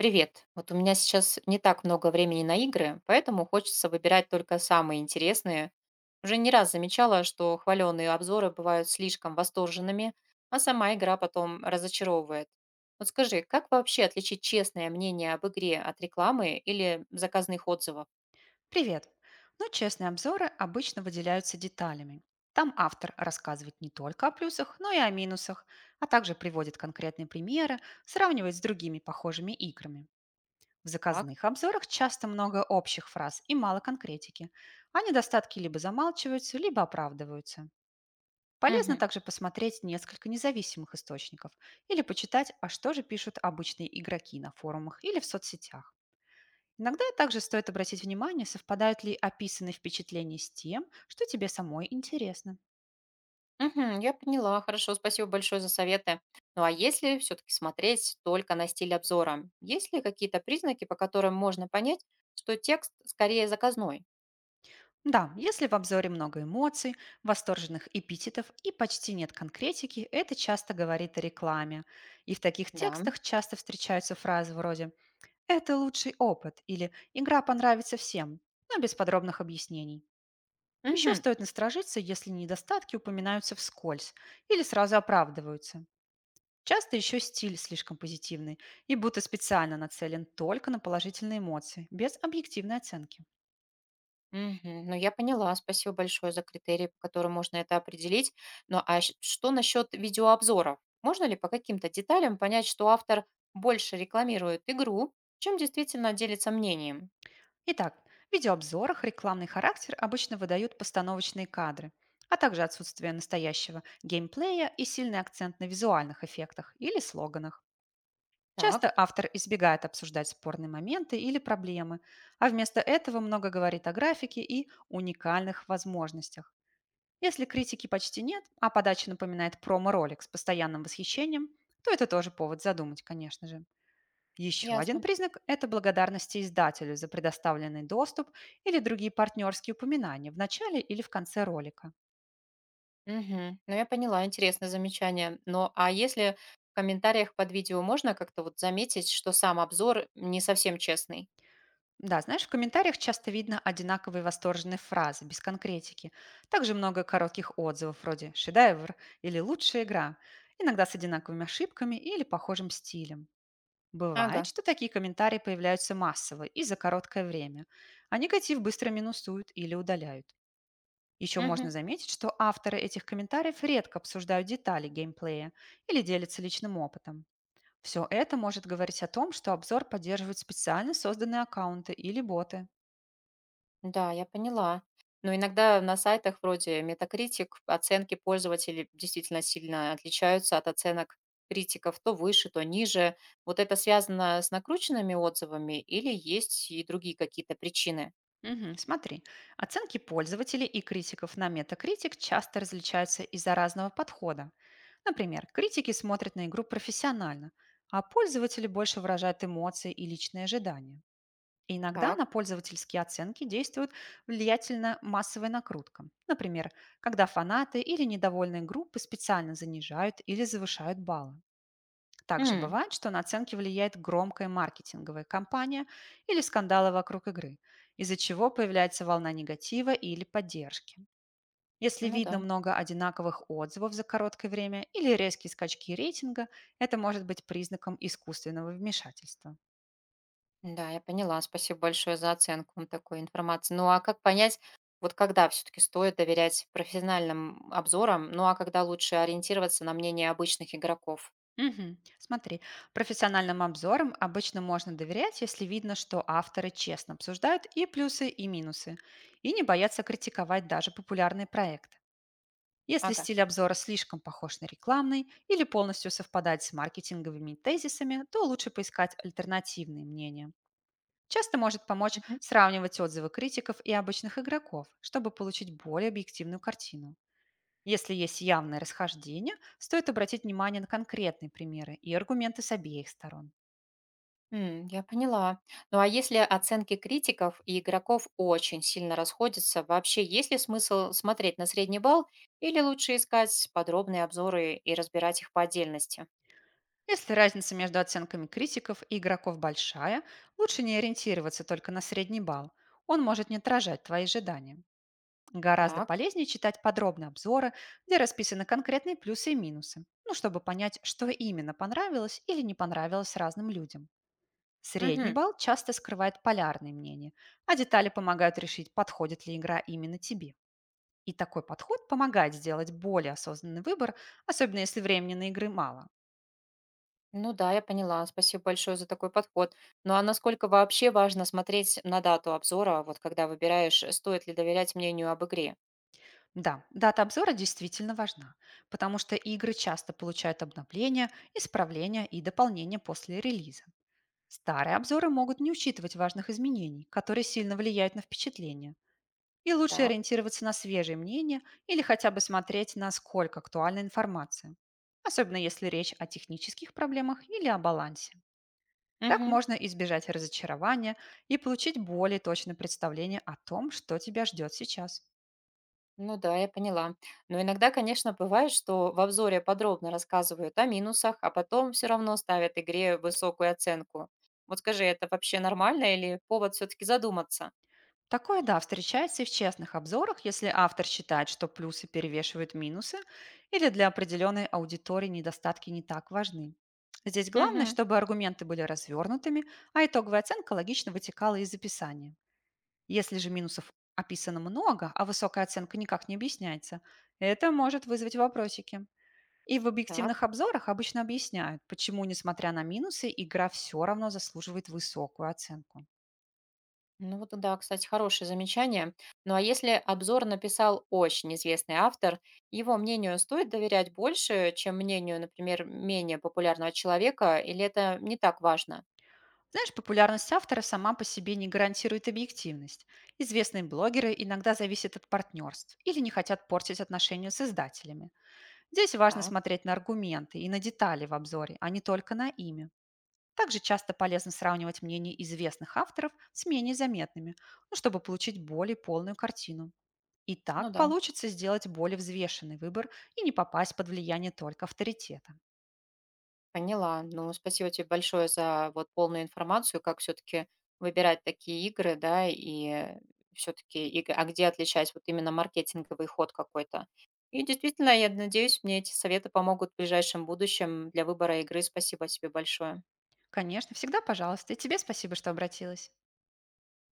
Привет. Вот у меня сейчас не так много времени на игры, поэтому хочется выбирать только самые интересные. Уже не раз замечала, что хваленые обзоры бывают слишком восторженными, а сама игра потом разочаровывает. Вот скажи, как вообще отличить честное мнение об игре от рекламы или заказных отзывов? Привет! Но честные обзоры обычно выделяются деталями. Там автор рассказывает не только о плюсах, но и о минусах, а также приводит конкретные примеры, сравнивает с другими похожими играми. В Так. заказных обзорах часто много общих фраз и мало конкретики, а недостатки либо замалчиваются, либо оправдываются. Полезно Мгм. также посмотреть несколько независимых источников или почитать, а что же пишут обычные игроки на форумах или в соцсетях. Иногда также стоит обратить внимание, совпадают ли описанные впечатления с тем, что тебе самой интересно. Мгм. Я поняла, хорошо, спасибо большое за советы. Ну а если все-таки смотреть только на стиль обзора, есть ли какие-то признаки, по которым можно понять, что текст скорее заказной? Да, если в обзоре много эмоций, восторженных эпитетов и почти нет конкретики, это часто говорит о рекламе. И в таких Да. текстах часто встречаются фразы вроде «это лучший опыт» или «игра понравится всем», но без подробных объяснений. Еще Мгм. стоит насторожиться, если недостатки упоминаются вскользь или сразу оправдываются. Часто еще стиль слишком позитивный и будто специально нацелен только на положительные эмоции, без объективной оценки. Мгм. Ну я поняла, спасибо большое за критерии, по которым можно это определить. Ну а что насчет видеообзоров? Можно ли по каким-то деталям понять, что автор больше рекламирует игру, чем действительно делится мнением? Итак, в видеообзорах рекламный характер обычно выдают постановочные кадры, а также отсутствие настоящего геймплея и сильный акцент на визуальных эффектах или слоганах. Так, Часто автор избегает обсуждать спорные моменты или проблемы, а вместо этого много говорит о графике и уникальных возможностях. Если критики почти нет, а подача напоминает промо-ролик с постоянным восхищением, то это тоже повод задумать, конечно же. Еще один ясно. признак– это благодарность издателю за предоставленный доступ или другие партнерские упоминания в начале или в конце ролика. Мгм. Ну, я поняла, интересное замечание. Но а если в комментариях под видео можно как-то вот заметить, что сам обзор не совсем честный? Да, знаешь, в комментариях часто видно одинаковые восторженные фразы, без конкретики. Также много коротких отзывов вроде «шедевр» или «лучшая игра», иногда с одинаковыми ошибками или похожим стилем. Бывает, Ага. что такие комментарии появляются массово и за короткое время, а негатив быстро минусуют или удаляют. Еще можно Мгм. заметить, что авторы этих комментариев редко обсуждают детали геймплея или делятся личным опытом. Все это может говорить о том, что обзор поддерживают специально созданные аккаунты или боты. Да, я поняла. Но иногда на сайтах вроде Metacritic оценки пользователей действительно сильно отличаются от оценок критиков то выше, то ниже. Вот это связано с накрученными отзывами или есть и другие какие-то причины? Мгм. Смотри, оценки пользователей и критиков на Metacritic часто различаются из-за разного подхода. Например, критики смотрят на игру профессионально, а пользователи больше выражают эмоции и личные ожидания. И иногда на Так. пользовательские оценки действует влиятельно массовая накрутка. Например, когда фанаты или недовольные группы специально занижают или завышают баллы. Также М. бывает, что на оценки влияет громкая маркетинговая кампания или скандалы вокруг игры, из-за чего появляется волна негатива или поддержки. Если Ну видно да. много одинаковых отзывов за короткое время или резкие скачки рейтинга, это может быть признаком искусственного вмешательства. Да, я поняла. Спасибо большое за оценку такой информации. Ну, а как понять, вот когда все-таки стоит доверять профессиональным обзорам, ну, а когда лучше ориентироваться на мнение обычных игроков? Мгм. Смотри, профессиональным обзорам обычно можно доверять, если видно, что авторы честно обсуждают и плюсы, и минусы, и не боятся критиковать даже популярные проекты. Если Ага. стиль обзора слишком похож на рекламный или полностью совпадает с маркетинговыми тезисами, то лучше поискать альтернативные мнения. Часто может помочь Мгм. сравнивать отзывы критиков и обычных игроков, чтобы получить более объективную картину. Если есть явное расхождение, стоит обратить внимание на конкретные примеры и аргументы с обеих сторон. М, я поняла. Ну, а если оценки критиков и игроков очень сильно расходятся, вообще есть ли смысл смотреть на средний балл или лучше искать подробные обзоры и разбирать их по отдельности? Если разница между оценками критиков и игроков большая, лучше не ориентироваться только на средний балл. Он может не отражать твои ожидания. Гораздо Так. полезнее читать подробные обзоры, где расписаны конкретные плюсы и минусы, ну, чтобы понять, что именно понравилось или не понравилось разным людям. Средний Мгм. балл часто скрывает полярные мнения, а детали помогают решить, подходит ли игра именно тебе. И такой подход помогает сделать более осознанный выбор, особенно если времени на игры мало. Ну да, я поняла. Спасибо большое за такой подход. Ну а насколько вообще важно смотреть на дату обзора, вот когда выбираешь, стоит ли доверять мнению об игре? Да, дата обзора действительно важна, потому что игры часто получают обновления, исправления и дополнения после релиза. Старые обзоры могут не учитывать важных изменений, которые сильно влияют на впечатление. И лучше Так. ориентироваться на свежие мнения или хотя бы смотреть, насколько актуальна информация. Особенно если речь о технических проблемах или о балансе. Так Мгм. можно избежать разочарования и получить более точное представление о том, что тебя ждет сейчас. Ну да, я поняла. Но иногда, конечно, бывает, что в обзоре подробно рассказывают о минусах, а потом все равно ставят игре высокую оценку. Вот скажи, это вообще нормально или повод все-таки задуматься? Такое, да, встречается и в честных обзорах, если автор считает, что плюсы перевешивают минусы, или для определенной аудитории недостатки не так важны. Здесь главное, Мгм. чтобы аргументы были развернутыми, а итоговая оценка логично вытекала из описания. Если же минусов описано много, а высокая оценка никак не объясняется, это может вызвать вопросики. И в Так. объективных обзорах обычно объясняют, почему, несмотря на минусы, игра все равно заслуживает высокую оценку. Ну вот да, кстати, хорошее замечание. Ну а если обзор написал очень известный автор, его мнению стоит доверять больше, чем мнению, например, менее популярного человека, или это не так важно? Знаешь, популярность автора сама по себе не гарантирует объективность. Известные блогеры иногда зависят от партнерств или не хотят портить отношения с издателями. Здесь важно Так, смотреть на аргументы и на детали в обзоре, а не только на имя. Также часто полезно сравнивать мнения известных авторов с менее заметными, ну, чтобы получить более полную картину. И ну так да, получится сделать более взвешенный выбор и не попасть под влияние только авторитета. поняла. Ну, спасибо тебе большое за вот полную информацию, как все-таки выбирать такие игры, да, и все-таки, а где отличать вот именно маркетинговый ход какой-то. И действительно, я надеюсь, мне эти советы помогут в ближайшем будущем для выбора игры. Спасибо тебе большое. Конечно, всегда пожалуйста. И тебе спасибо, что обратилась.